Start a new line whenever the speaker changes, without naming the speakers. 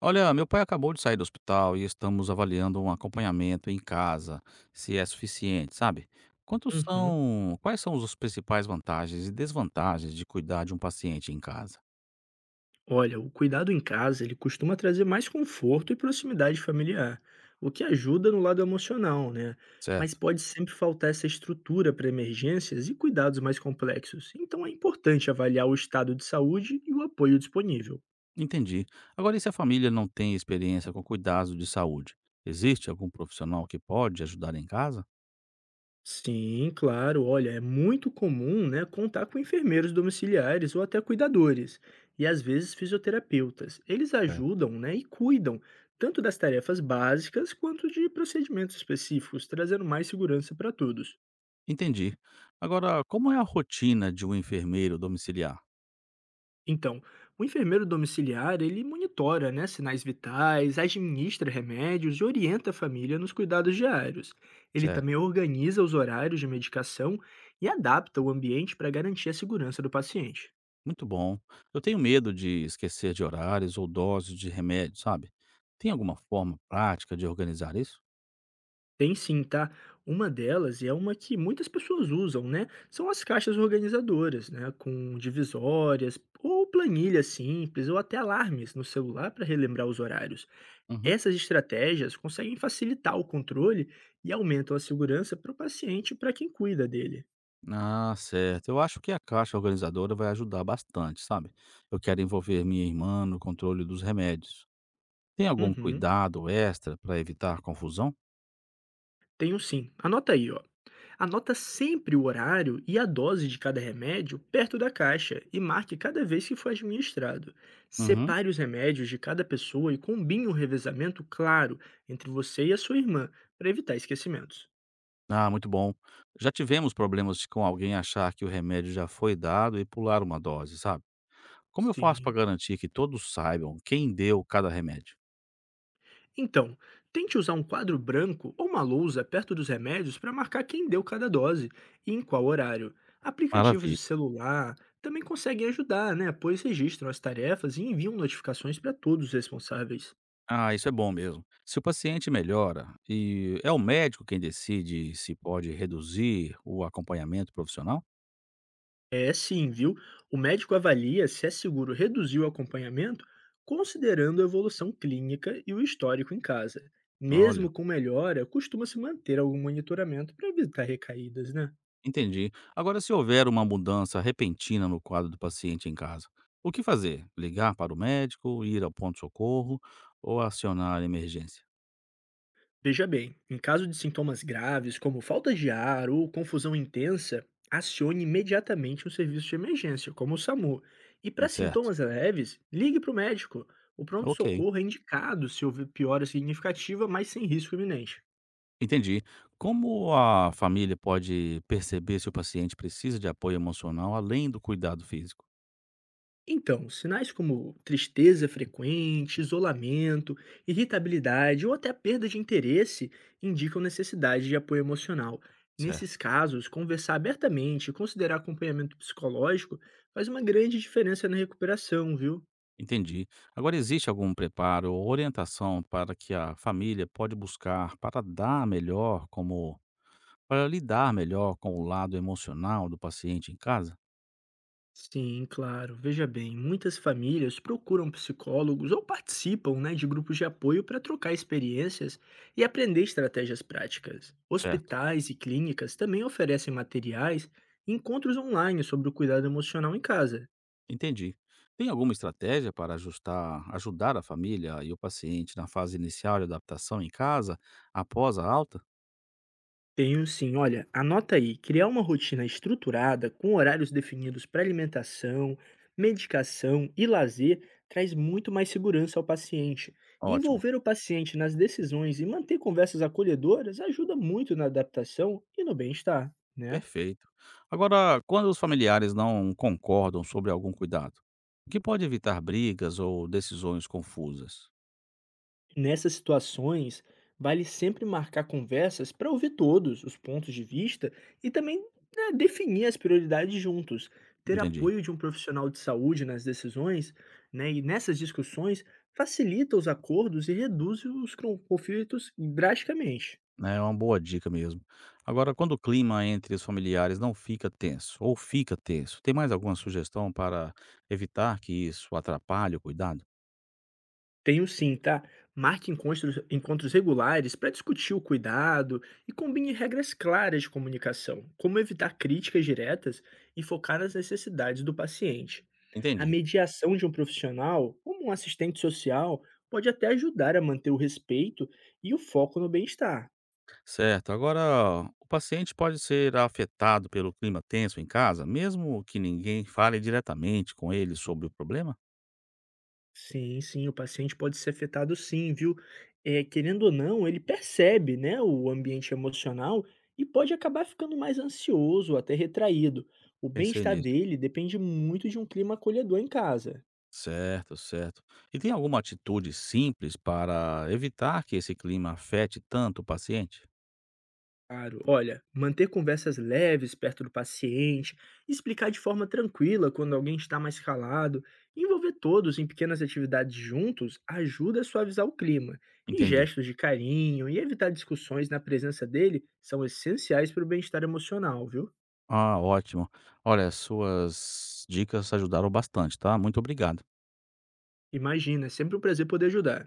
Olha, meu pai acabou de sair do hospital e estamos avaliando um acompanhamento em casa, se é suficiente, sabe? Quantos
Uhum.
são, quais são os principais vantagens e desvantagens de cuidar de um paciente em casa,
Olha, o cuidado em casa, ele costuma trazer mais conforto e proximidade familiar, o que ajuda no lado emocional, né? Mas
certo?
pode sempre faltar essa estrutura para emergências e cuidados mais complexos. Então é importante avaliar o estado de saúde e o apoio disponível.
Entendi. Agora, e se a família não tem experiência com cuidados de saúde? Existe algum profissional que pode ajudar em casa?
Sim, claro. Olha, é muito comum, né, contar com enfermeiros domiciliares ou até cuidadores, e às vezes fisioterapeutas. Eles
É.
ajudam, né, e cuidam tanto das tarefas básicas quanto de procedimentos específicos, trazendo mais segurança para todos.
Entendi. Agora, como é a rotina de um enfermeiro domiciliar,
Então, o enfermeiro domiciliar, ele monitora, né, sinais vitais, administra remédios e orienta a família nos cuidados diários. Ele
certo?
também organiza os horários de medicação e adapta o ambiente para garantir a segurança do paciente.
Muito bom. Eu tenho medo de esquecer de horários ou doses de remédio, sabe? Tem alguma forma prática de organizar isso?
Tem sim, tá? Uma delas, e é uma que muitas pessoas usam, né? São as caixas organizadoras, né? Com divisórias, ou planilhas simples, ou até alarmes no celular para relembrar os horários.
Uhum.
Essas estratégias conseguem facilitar o controle e aumentam a segurança para o paciente e para quem cuida dele.
Ah, certo. Eu acho que a caixa organizadora vai ajudar bastante, sabe? Eu quero envolver minha irmã no controle dos remédios. Tem algum
Uhum.
cuidado extra para evitar confusão?
Tenho sim. Anota aí, ó. Anota sempre o horário e a dose de cada remédio perto da caixa e marque cada vez que for administrado.
Uhum.
Separe os remédios de cada pessoa e combine um revezamento claro entre você e a sua irmã, para evitar esquecimentos.
Ah, muito bom. Já tivemos problemas de com alguém achar que o remédio já foi dado e pular uma dose, sabe? Como eu faço para
Sim.
garantir que todos saibam quem deu cada remédio?
Então, tente usar um quadro branco ou uma lousa perto dos remédios para marcar quem deu cada dose e em qual horário. Aplicativos
Maravilha.
de celular também conseguem ajudar, né? Pois registram as tarefas e enviam notificações para todos os responsáveis.
Ah, isso é bom mesmo. Se o paciente melhora e é o médico quem decide se pode reduzir o acompanhamento profissional?
É sim, viu? O médico avalia se é seguro reduzir o acompanhamento, considerando a evolução clínica e o histórico em casa.
Olha,
Mesmo com melhora, costuma-se manter algum monitoramento para evitar recaídas, né?
entendi. Agora, se houver uma mudança repentina no quadro do paciente em casa, o que fazer? Ligar para o médico, ir ao pronto-socorro ou acionar a emergência?
Veja bem, em caso de sintomas graves, como falta de ar ou confusão intensa, acione imediatamente um serviço de emergência, como o SAMU. E para
Certo.
sintomas leves, ligue para o médico. O
Ok.
pronto-socorro é indicado se houver piora significativa, mas sem risco iminente.
Entendi. Como a família pode perceber se o paciente precisa de apoio emocional além do cuidado físico?
Então, sinais como tristeza frequente, isolamento, irritabilidade ou até perda de interesse indicam necessidade de apoio emocional. Nesses
Certo.
casos, conversar abertamente e considerar acompanhamento psicológico faz uma grande diferença na recuperação, viu?
Entendi. Agora existe algum preparo ou orientação para que a família pode buscar para dar melhor como para lidar melhor com o lado emocional do paciente em casa?
Sim, claro. Veja bem, muitas famílias procuram psicólogos ou participam, né, de grupos de apoio para trocar experiências e aprender estratégias práticas.
Certo.
Hospitais e clínicas também oferecem materiais e encontros online sobre o cuidado emocional em casa.
Entendi. Tem alguma estratégia para ajustar, ajudar a família e o paciente na fase inicial de adaptação em casa, após a alta?
Tenho sim, olha, anota aí, criar uma rotina estruturada, com horários definidos para alimentação, medicação e lazer, traz muito mais segurança ao paciente.
Ótimo.
Envolver o paciente nas decisões e manter conversas acolhedoras ajuda muito na adaptação e no bem-estar, né?
Perfeito. Agora, quando os familiares não concordam sobre algum cuidado, o que pode evitar brigas ou decisões confusas?
Nessas situações, vale sempre marcar conversas para ouvir todos os pontos de vista e também né, definir as prioridades juntos. Ter
Entendi.
apoio de um profissional de saúde nas decisões, né, e nessas discussões facilita os acordos e reduz os conflitos drasticamente.
Né? É uma boa dica mesmo. Agora, quando o clima entre os familiares não fica tenso, ou fica tenso, tem mais alguma sugestão para evitar que isso atrapalhe o cuidado?
Tenho sim, tá? Marque encontros, encontros regulares para discutir o cuidado e combine regras claras de comunicação, como evitar críticas diretas e focar nas necessidades do paciente. A
Entendi.
mediação de um profissional, como um assistente social, pode até ajudar a manter o respeito e o foco no bem-estar.
Certo. Agora, o paciente pode ser afetado pelo clima tenso em casa, mesmo que ninguém fale diretamente com ele sobre o problema?
Sim, sim, o paciente pode ser afetado sim, viu? É, querendo ou não, ele percebe, né, o ambiente emocional e pode acabar ficando mais ansioso, até retraído. O
Pensei
bem-estar
nisso.
dele depende muito de um clima acolhedor em casa.
Certo, certo. E tem alguma atitude simples para evitar que esse clima afete tanto o paciente?
Claro, olha, manter conversas leves perto do paciente, explicar de forma tranquila quando alguém está mais calado, envolver todos em pequenas atividades juntos ajuda a suavizar o clima. E
Entendi.
gestos de carinho e evitar discussões na presença dele são essenciais para o bem-estar emocional, viu?
Ah, ótimo. Olha, suas dicas ajudaram bastante, tá? Muito obrigado.
Imagina, é sempre um prazer poder ajudar.